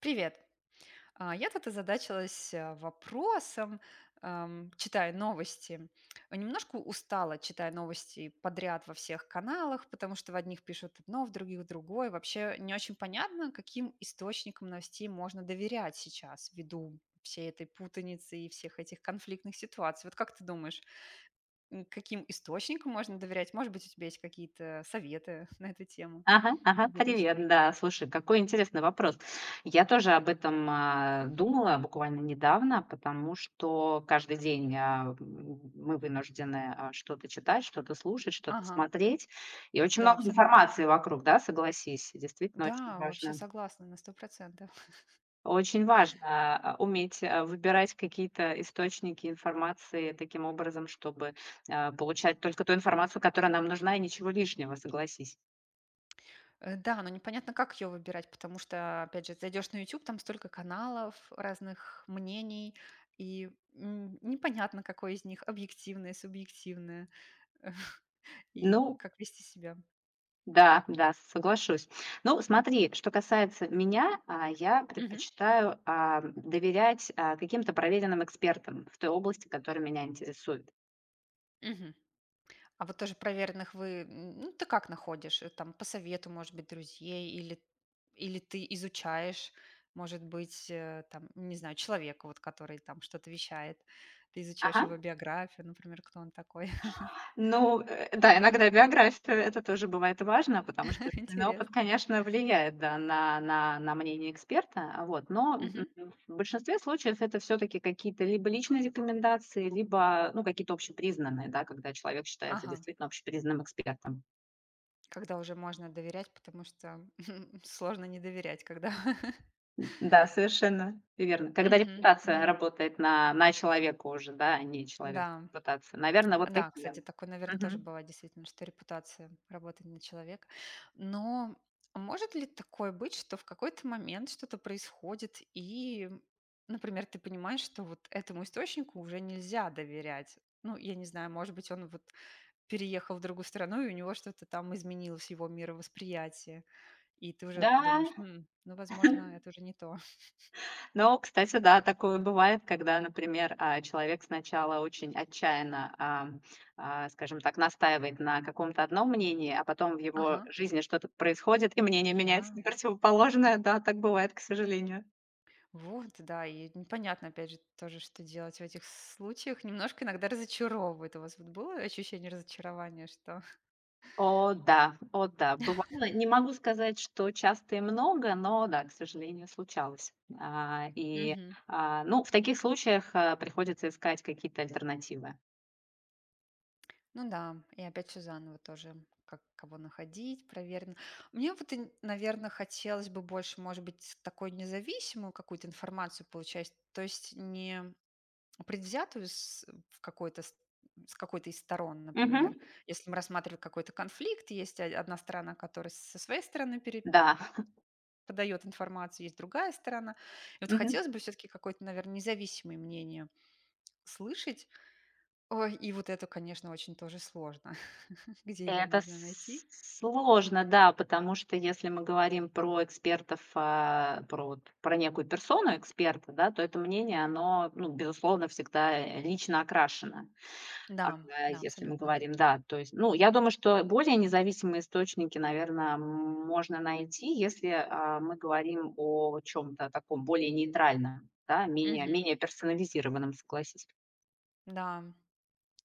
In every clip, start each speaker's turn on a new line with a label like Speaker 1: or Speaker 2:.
Speaker 1: Привет. Я тут озадачилась вопросом, читая новости. Немножко устала, читая новости подряд во всех каналах, потому что в одних пишут одно, в других другое. Вообще не очень понятно, каким источникам новостей можно доверять сейчас, ввиду всей этой путаницы и всех этих конфликтных ситуаций. Вот как ты думаешь, каким источникам можно доверять? Может быть, у тебя есть какие-то советы на эту тему?
Speaker 2: Ага, ага,
Speaker 1: Поделись.
Speaker 2: привет, да. Слушай, какой интересный вопрос. Я тоже об этом думала буквально недавно, потому что каждый день мы вынуждены что-то читать, что-то слушать, что-то
Speaker 1: Ага,
Speaker 2: смотреть. И очень
Speaker 1: да,
Speaker 2: много
Speaker 1: абсолютно.
Speaker 2: информации вокруг, да, согласись, действительно очень
Speaker 1: Да, вообще
Speaker 2: важно.
Speaker 1: согласна на 100%.
Speaker 2: Очень важно уметь выбирать какие-то источники информации таким образом, чтобы получать только ту информацию, которая нам нужна, и ничего лишнего, согласись.
Speaker 1: Да, но непонятно, как ее выбирать, потому что, опять же, зайдешь на YouTube, там столько каналов, разных мнений, и, непонятно, какое из них объективное, субъективное, и
Speaker 2: Ну,
Speaker 1: как вести себя.
Speaker 2: да, соглашусь. Ну, смотри, что касается меня, я
Speaker 1: Мгм,
Speaker 2: предпочитаю, доверять, каким-то проверенным экспертам в той области, которая меня интересует.
Speaker 1: мгм. А вот тоже проверенных ты как находишь? Там по совету, может быть, друзей или или ты изучаешь, может быть, там, не знаю, человека, вот который там что-то вещает, ты изучаешь
Speaker 2: Ага.
Speaker 1: его биографию, например, кто он такой.
Speaker 2: Ну, да, иногда биография, это тоже бывает важно, потому что жизненный
Speaker 1: Интересно.
Speaker 2: опыт, конечно, влияет, да, на мнение эксперта, вот. Но,
Speaker 1: Мгм.
Speaker 2: в большинстве случаев это все таки какие-то либо личные рекомендации, либо, ну, какие-то общепризнанные, да, когда человек считается
Speaker 1: Ага.
Speaker 2: действительно общепризнанным экспертом.
Speaker 1: Когда уже можно доверять, потому что сложно не доверять, когда
Speaker 2: Да, совершенно верно. Когда
Speaker 1: Мгм,
Speaker 2: репутация
Speaker 1: мгм.
Speaker 2: работает на человека уже, да, а не человек
Speaker 1: Да,
Speaker 2: репутация. Наверное, вот
Speaker 1: да,
Speaker 2: такие.
Speaker 1: кстати, такое, наверное, тоже
Speaker 2: Мгм.
Speaker 1: бывает действительно, что репутация работает на человека. Но может ли такое быть, что в какой-то момент что-то происходит, и, например, ты понимаешь, что вот этому источнику уже нельзя доверять? Ну, я не знаю, может быть, он вот переехал в другую страну, и у него что-то там изменилось, его мировосприятие. И ты уже
Speaker 2: Да,
Speaker 1: думаешь: "М, ну, возможно, это уже не то".
Speaker 2: но, кстати, да, такое бывает, когда, например, человек сначала очень отчаянно, скажем так, настаивает на каком-то одном мнении, а потом в его
Speaker 1: Ага,
Speaker 2: жизни что-то происходит, и мнение меняется
Speaker 1: да.
Speaker 2: на противоположное. Да, так бывает, к сожалению.
Speaker 1: Вот, да, и непонятно, опять же, тоже, что делать в этих случаях. Немножко иногда разочаровывает. У вас вот было ощущение разочарования, что
Speaker 2: О да, бывало. Не могу сказать, что часто и много, но да, к сожалению, случалось. А, и,
Speaker 1: Мгм.
Speaker 2: ну, в таких случаях, приходится искать какие-то альтернативы.
Speaker 1: Ну да, и опять всё заново тоже, как кого находить, проверено. Мне вот, наверное, хотелось бы больше, может быть, такой независимую какую-то информацию получать. То есть не предвзятую с в какой-то с какой-то из сторон,
Speaker 2: Мгм.
Speaker 1: например. Если мы рассматриваем какой-то конфликт, есть о одна сторона, которая со своей стороны пере
Speaker 2: Да.
Speaker 1: подает информацию, есть другая сторона. И вот
Speaker 2: Мгм.
Speaker 1: хотелось бы все таки какое-то, наверное, независимое мнение слышать. Ой, и вот это, конечно, очень тоже сложно. Где его
Speaker 2: Это
Speaker 1: можно
Speaker 2: с
Speaker 1: найти?
Speaker 2: сложно, да, потому что если мы говорим про экспертов, про вот про некую персону эксперта, да, то это мнение, оно, ну, безусловно, всегда, лично окрашено.
Speaker 1: Да, да,
Speaker 2: Если мы
Speaker 1: абсолютно.
Speaker 2: говорим, да, то есть, ну, я думаю, что более независимые источники, наверное, можно найти, если мы говорим о чем-то таком более нейтральном, да,
Speaker 1: Мгм.
Speaker 2: менее персонализированном, согласись.
Speaker 1: Да,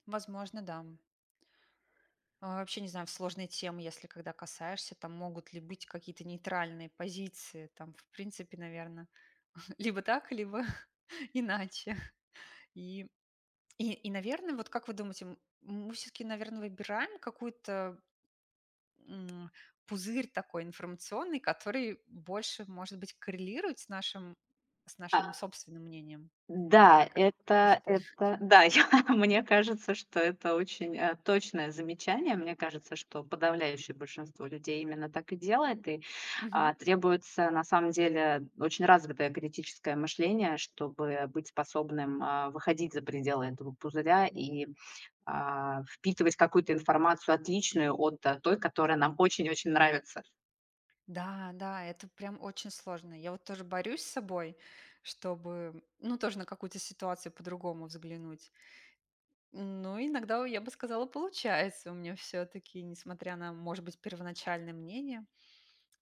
Speaker 1: возможно, да. Вообще не знаю, в сложной темы, если когда касаешься, там могут ли быть какие-то нейтральные позиции, там, в принципе, наверное, либо так, либо иначе. И, и, наверное, вот как вы думаете, мы все-таки, наверное, выбираем какую-то м, пузырь такой информационный, который больше, может быть, коррелирует с
Speaker 2: А,
Speaker 1: нашим собственным мнением,
Speaker 2: Да,
Speaker 1: как ты
Speaker 2: это
Speaker 1: считаешь?
Speaker 2: это да, я мне кажется, что это очень, точное замечание. Мне кажется, что подавляющее большинство людей именно так и делает. Требуется на самом деле очень развитое критическое мышление, чтобы быть способным, выходить за пределы этого пузыря и впитывать какую-то информацию отличную от той, которая нам очень-очень нравится.
Speaker 1: Да, да, это прям очень сложно. Я вот тоже борюсь с собой, чтобы, ну, тоже на какую-то ситуацию по-другому взглянуть. Ну, иногда, я бы сказала, получается у меня все-таки, несмотря на, может быть, первоначальное мнение,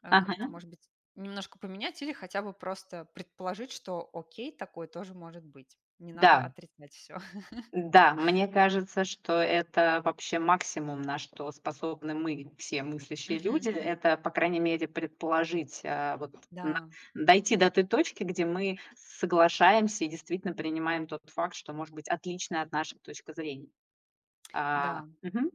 Speaker 1: как-то,
Speaker 2: Ага.
Speaker 1: может быть, немножко поменять или хотя бы просто предположить, что окей, такое тоже может быть. Не надо
Speaker 2: Да.
Speaker 1: отрицать все.
Speaker 2: Да, мне кажется, что это вообще максимум, на что способны мы, все мыслящие
Speaker 1: Мгм.
Speaker 2: люди. Это, по крайней мере, предположить, а, вот на
Speaker 1: Да,
Speaker 2: дойти до той точки, где мы соглашаемся и действительно принимаем тот факт, что может быть отличная от нашей точка зрения. А,
Speaker 1: да.
Speaker 2: мгм.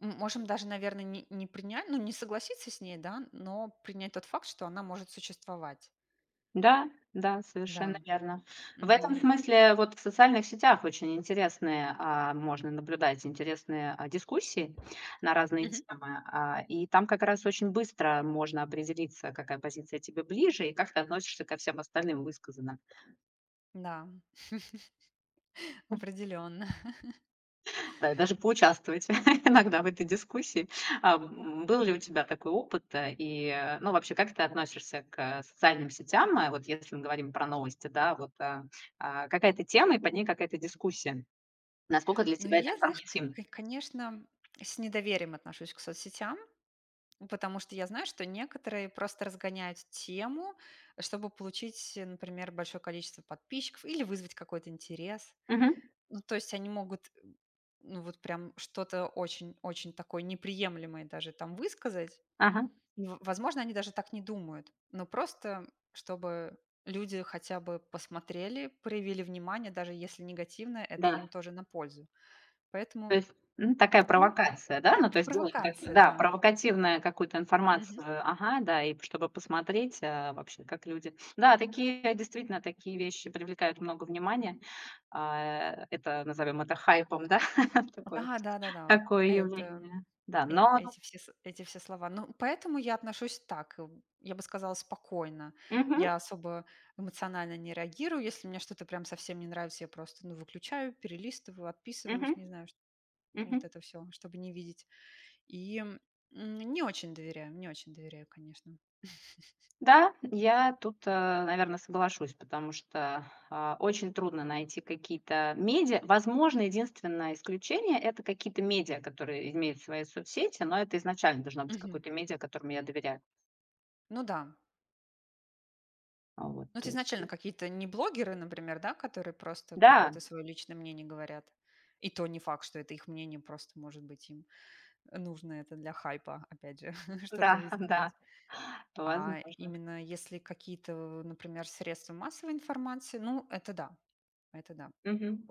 Speaker 1: Можем даже, наверное, не принять, ну, не согласиться с ней, да, но принять тот факт, что она может существовать.
Speaker 2: Да, да, совершенно
Speaker 1: Да.
Speaker 2: верно. В этом
Speaker 1: Мгм.
Speaker 2: смысле вот в социальных сетях очень интересные, можно наблюдать интересные, дискуссии на разные
Speaker 1: Мгм.
Speaker 2: темы, и там как раз очень быстро можно определиться, какая позиция тебе ближе и как ты относишься ко всем остальным высказанным.
Speaker 1: Да, определенно.
Speaker 2: Да, и даже поучаствовать иногда в этой дискуссии. Был ли у тебя такой опыт? И, ну, вообще, как ты относишься к социальным сетям? Вот если мы говорим про новости, да, какая-то тема и под ней какая-то дискуссия. Насколько для
Speaker 1: Ну
Speaker 2: тебя это
Speaker 1: я, знаешь, к
Speaker 2: информативно?
Speaker 1: к конечно, с недоверием отношусь к соцсетям, потому что я знаю, что некоторые просто разгоняют тему, чтобы получить, например, большое количество подписчиков или вызвать какой-то интерес.
Speaker 2: Мгм.
Speaker 1: Ну, то есть они могут, ну, вот прям что-то очень такое неприемлемое даже там высказать.
Speaker 2: Ага,
Speaker 1: Ну, возможно, они даже так не думают, но просто чтобы люди хотя бы посмотрели, проявили внимание, даже если негативное, это им
Speaker 2: да.
Speaker 1: тоже на пользу.
Speaker 2: То
Speaker 1: Поэтому,
Speaker 2: есть, ну, такая
Speaker 1: ну,
Speaker 2: провокация, да? Ну, то есть делать так,
Speaker 1: провокация,
Speaker 2: да,
Speaker 1: да.
Speaker 2: провокативная какую-то
Speaker 1: Мгм.
Speaker 2: информацию, ага, да, и чтобы посмотреть, вообще, как люди. Да, такие, действительно, такие вещи привлекают много внимания. А, это, назовем это хайпом, да, такое
Speaker 1: Да, да, да, да.
Speaker 2: такое
Speaker 1: Это
Speaker 2: явление. Да, но
Speaker 1: эти все слова. Ну, поэтому я отношусь так, я бы сказала, спокойно.
Speaker 2: мгм,
Speaker 1: Я особо эмоционально не реагирую. Если мне что-то прям совсем не нравится, я просто ну, выключаю, перелистываю, отписываюсь,
Speaker 2: мгм,
Speaker 1: не знаю, вот
Speaker 2: мгм.
Speaker 1: это все, чтобы не видеть. И, не очень доверяю, конечно.
Speaker 2: Да, я тут, наверное, соглашусь, потому что, очень трудно найти какие-то медиа. Возможно, единственное исключение- это какие-то медиа, которые имеют свои соцсети, но это изначально должно быть
Speaker 1: Мгм.
Speaker 2: какое-то медиа, которому я доверяю.
Speaker 1: Ну да.
Speaker 2: Вот,
Speaker 1: Ну, вот
Speaker 2: то есть
Speaker 1: изначально какие-то не блогеры, например, да, которые просто
Speaker 2: да,
Speaker 1: какое-то свое личное мнение говорят. И то не факт, что это их мнение, просто, может быть, им нужно это для хайпа, опять же, что-то
Speaker 2: да, да,
Speaker 1: высказать. А
Speaker 2: возможно.
Speaker 1: именно если какие-то, например, средства массовой информации, ну, это да, это да.
Speaker 2: Мгм.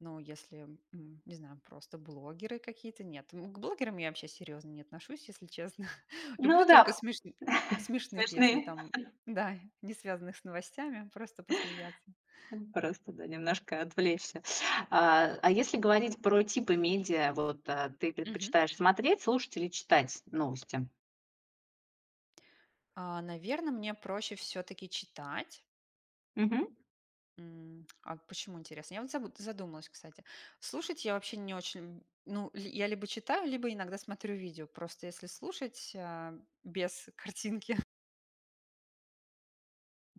Speaker 1: Ну, если, не знаю, просто блогеры какие-то, нет. К блогерам я вообще серьезно не отношусь, если честно. Люблю
Speaker 2: Ну
Speaker 1: только
Speaker 2: да,
Speaker 1: смешных, если
Speaker 2: смешные.
Speaker 1: там, да, не связанных с новостями, просто посмеяться.
Speaker 2: Просто, да, немножко отвлечься. А если говорить про типы медиа, вот, ты
Speaker 1: Мгм.
Speaker 2: предпочитаешь смотреть, слушать или читать новости?
Speaker 1: Наверное, мне проще все-таки читать.
Speaker 2: Мгм.
Speaker 1: А почему интересно? Я вот задумалась, кстати. Слушать я вообще не очень... Ну, я либо читаю, либо иногда смотрю видео. Просто если слушать без картинки,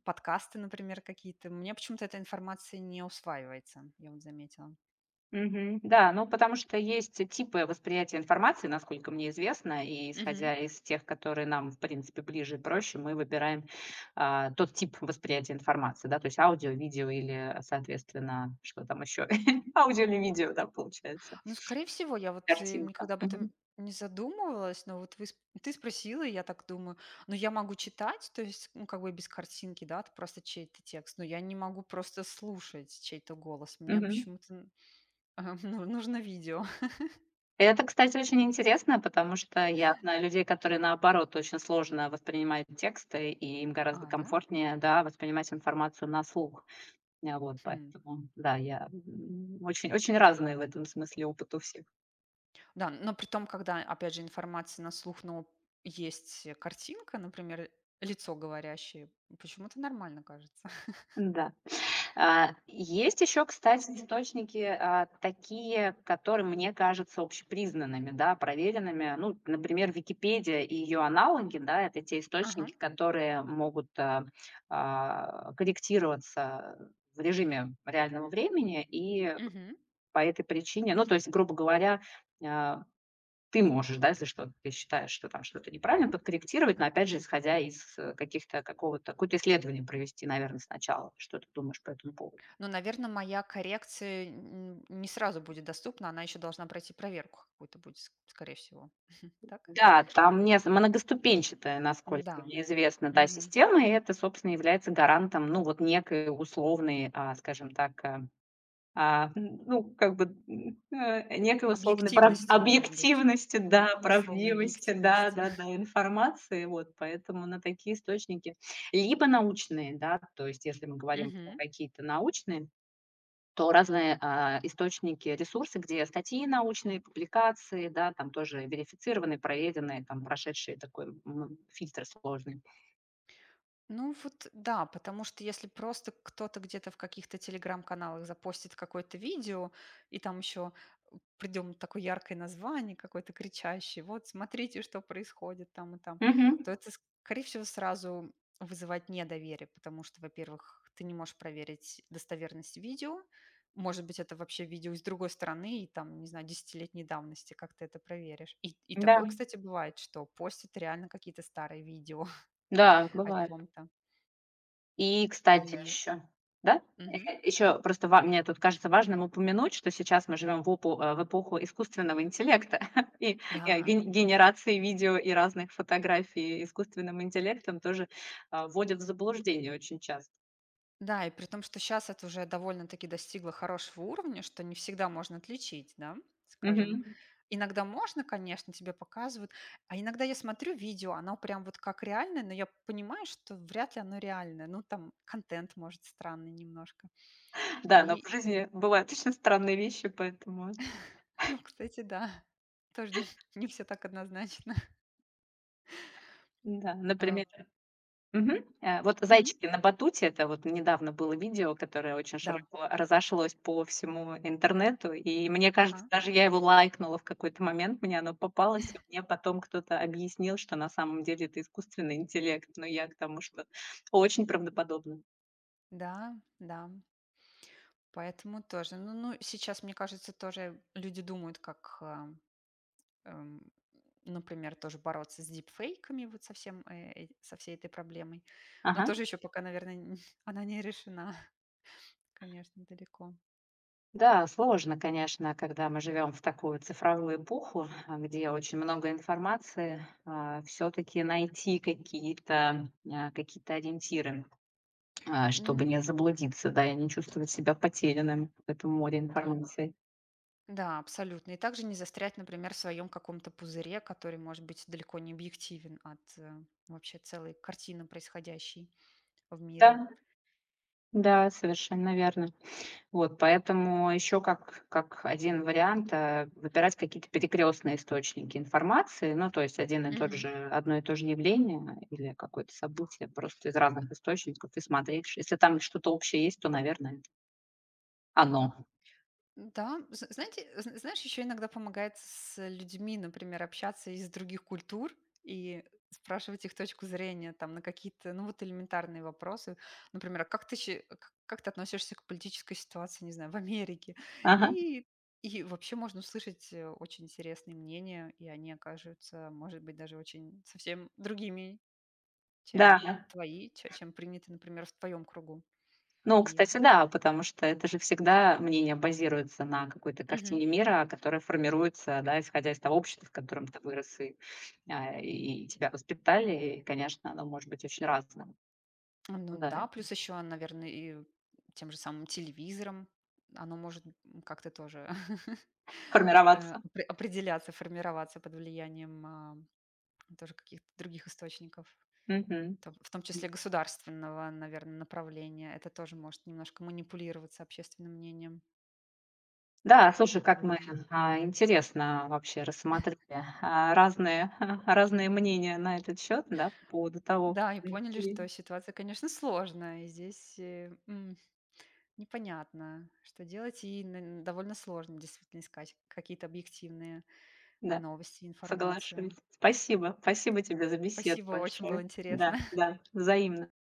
Speaker 1: подкасты, например, какие-то. У меня почему-то эта информация не усваивается, я вот заметила.
Speaker 2: Мгм. Да, ну потому что есть типы восприятия информации, насколько мне известно, и
Speaker 1: Мгм.
Speaker 2: исходя из тех, которые нам, в принципе, ближе и проще, мы выбираем тот тип восприятия информации, да, то есть аудио, видео или, соответственно, что там еще, аудио или видео, да, получается,
Speaker 1: Ну, скорее всего, я вот,
Speaker 2: картинка.
Speaker 1: никогда об этом
Speaker 2: Мгм.
Speaker 1: не задумывалась, но вот вы сп ты спросила, и я так думаю. Но я могу читать, то есть, ну, как бы без картинки, да, это просто чей-то текст, но я не могу просто слушать чей-то голос. Мне
Speaker 2: Мгм.
Speaker 1: почему-то, н ну, нужно видео.
Speaker 2: Это, кстати, очень интересно, потому что я знаю людей, которые, наоборот, очень сложно воспринимают тексты, и им гораздо
Speaker 1: А, да?
Speaker 2: комфортнее, да, воспринимать информацию на слух. Вот
Speaker 1: Хм.
Speaker 2: поэтому, да, я, очень очень разные в этом смысле опыт у всех.
Speaker 1: Да, но при том, когда, опять же, информация на слух, но есть картинка, например, лицо говорящее, почему-то нормально кажется.
Speaker 2: Да. А, есть еще, кстати, источники, такие, которые мне кажутся общепризнанными, да, проверенными. Ну, например, "Википедия" и ее аналоги, да, это те
Speaker 1: Ага.
Speaker 2: источники, которые могут, корректироваться в режиме реального времени. И
Speaker 1: Мгм.
Speaker 2: по этой причине, ну, то есть, грубо говоря, а, ты можешь, да, если что, ты считаешь, что там что-то неправильно, подкорректировать, но опять же, исходя из, каких-то какого-то какое-то исследование провести, наверное, сначала. Что ты думаешь по этому поводу?
Speaker 1: Но, наверное, моя коррекция не сразу будет доступна, она еще должна пройти проверку какую-то будет, скорее всего. Так?
Speaker 2: Да, там не многоступенчатая, насколько
Speaker 1: Да.
Speaker 2: мне известно, да,
Speaker 1: Мгм.
Speaker 2: система, и это, собственно, является гарантом, ну, вот некой условной, скажем так, э А, н ну, как бы, некой условной прав
Speaker 1: Объективности, может быть.
Speaker 2: объективности, да,
Speaker 1: Условной
Speaker 2: правдивости, да,
Speaker 1: объективности.
Speaker 2: да-да, информации. Вот, поэтому на такие источники. Либо научные, да, то есть если мы говорим про
Speaker 1: Мгм.
Speaker 2: какие-то научные, то разные, источники, ресурсы, где статьи научные, публикации, да, там тоже верифицированные, проверенные, там прошедшие такой, фильтр сложный.
Speaker 1: Ну вот да, потому что если просто кто-то где-то в каких-то телеграм-каналах запостит какое-то видео, и там еще придем такое яркое название, какое-то кричащее, вот смотрите, что происходит там и там,
Speaker 2: Мгм.
Speaker 1: то это, скорее всего, сразу вызывает недоверие, потому что, во-первых, ты не можешь проверить достоверность видео, может быть, это вообще видео из другой страны, и там, не знаю, десятилетней давности, как ты это проверишь. И
Speaker 2: Да,
Speaker 1: такое, кстати, бывает, что постят реально какие-то старые видео
Speaker 2: да,
Speaker 1: о
Speaker 2: бывает.
Speaker 1: чем-то.
Speaker 2: И, кстати,
Speaker 1: И
Speaker 2: еще, да?
Speaker 1: мгм.
Speaker 2: Еще просто ва мне тут кажется важным упомянуть, что сейчас мы живем в эпоху искусственного интеллекта и
Speaker 1: Да,
Speaker 2: генерации видео и разных фотографий искусственным интеллектом тоже, вводят в заблуждение очень часто.
Speaker 1: да, и при том, что сейчас это уже довольно-таки достигло хорошего уровня, что не всегда можно отличить, да, скажем.
Speaker 2: Мгм.
Speaker 1: Иногда можно, конечно, тебе показывают, а иногда я смотрю видео, оно прям вот как реальное, но я понимаю, что вряд ли оно реальное. Ну, там контент, может, странный немножко.
Speaker 2: Да, но в
Speaker 1: И,
Speaker 2: жизни бывают очень странные вещи, поэтому
Speaker 1: ну, кстати, да, тоже не все так однозначно.
Speaker 2: да,
Speaker 1: А,
Speaker 2: например мгм. Вот
Speaker 1: мгм.
Speaker 2: "Зайчики на батуте"- это вот недавно было видео, которое очень
Speaker 1: Да.
Speaker 2: широко разошлось по всему интернету. И мне кажется,
Speaker 1: Ага.
Speaker 2: даже я его лайкнула в какой-то момент, мне оно попалось, и мне потом кто-то объяснил, что на самом деле это искусственный интеллект. Но я к тому, что очень правдоподобно.
Speaker 1: Да, да. Поэтому тоже. Ну, сейчас, мне кажется, тоже люди думают, как, эм, например, тоже бороться с дипфейками, вот со всем, со всей этой проблемой. Но
Speaker 2: Ага.
Speaker 1: тоже еще пока, наверное, она не решена, конечно, далеко.
Speaker 2: Да, сложно, конечно, когда мы живем в такую цифровую эпоху, где очень много информации, все таки найти какие-то, какие-то ориентиры. Чтобы
Speaker 1: М,
Speaker 2: не заблудиться, да, и не чувствовать себя потерянным в этом море информации.
Speaker 1: да, абсолютно. И также не застрять, например, в своем каком-то пузыре, который, может быть, далеко не объективен от, вообще целой картины происходящей в мире.
Speaker 2: Да, да, совершенно верно. Вот, поэтому еще как один вариант выбирать какие-то перекрестные источники информации, ну, то есть один и тот
Speaker 1: Мгм.
Speaker 2: же, одно и то же явление или какое-то событие просто из разных источников и смотришь. Если там что-то общее есть, то, наверное, это оно.
Speaker 1: Да, знаешь, еще иногда помогает с людьми, например, общаться из других культур и спрашивать их точку зрения там на какие-то, ну вот элементарные вопросы. Например, как ты относишься к политической ситуации, не знаю, в Америке?
Speaker 2: Ага,
Speaker 1: И, и вообще можно услышать очень интересные мнения, и они окажутся, может быть, даже очень совсем другими, чем
Speaker 2: да.
Speaker 1: твои, чем приняты, например, в твоем кругу.
Speaker 2: Ну,
Speaker 1: И...
Speaker 2: кстати, да, потому что это же всегда мнение базируется на какой-то
Speaker 1: Мгм.
Speaker 2: картине мира, которая формируется, да, исходя из того общества, в котором ты вырос и тебя воспитали. И, конечно, оно может быть очень разным.
Speaker 1: А,
Speaker 2: Ну
Speaker 1: ну
Speaker 2: да,
Speaker 1: да, плюс еще, наверное, и тем же самым телевизором оно может, как-то тоже,
Speaker 2: формироваться.
Speaker 1: определяться, формироваться под влиянием, тоже каких-то других источников,
Speaker 2: Мгм.
Speaker 1: то в том числе государственного, наверное, направления. Это тоже может немножко манипулироваться общественным мнением.
Speaker 2: Да, слушай, как мы
Speaker 1: Поэтому
Speaker 2: интересно вообще рассмотрели разные, разные мнения на этот счет, да, по поводу того,
Speaker 1: да, и поняли, что
Speaker 2: какие,
Speaker 1: ситуация, конечно, сложная, и здесь, непонятно, что делать, и н довольно сложно действительно искать какие-то объективные
Speaker 2: да,
Speaker 1: новости,
Speaker 2: соглашусь.
Speaker 1: информацию.
Speaker 2: Спасибо, спасибо тебе за беседу
Speaker 1: Спасибо, очень было
Speaker 2: большое.
Speaker 1: интересно.
Speaker 2: Да, да, взаимно.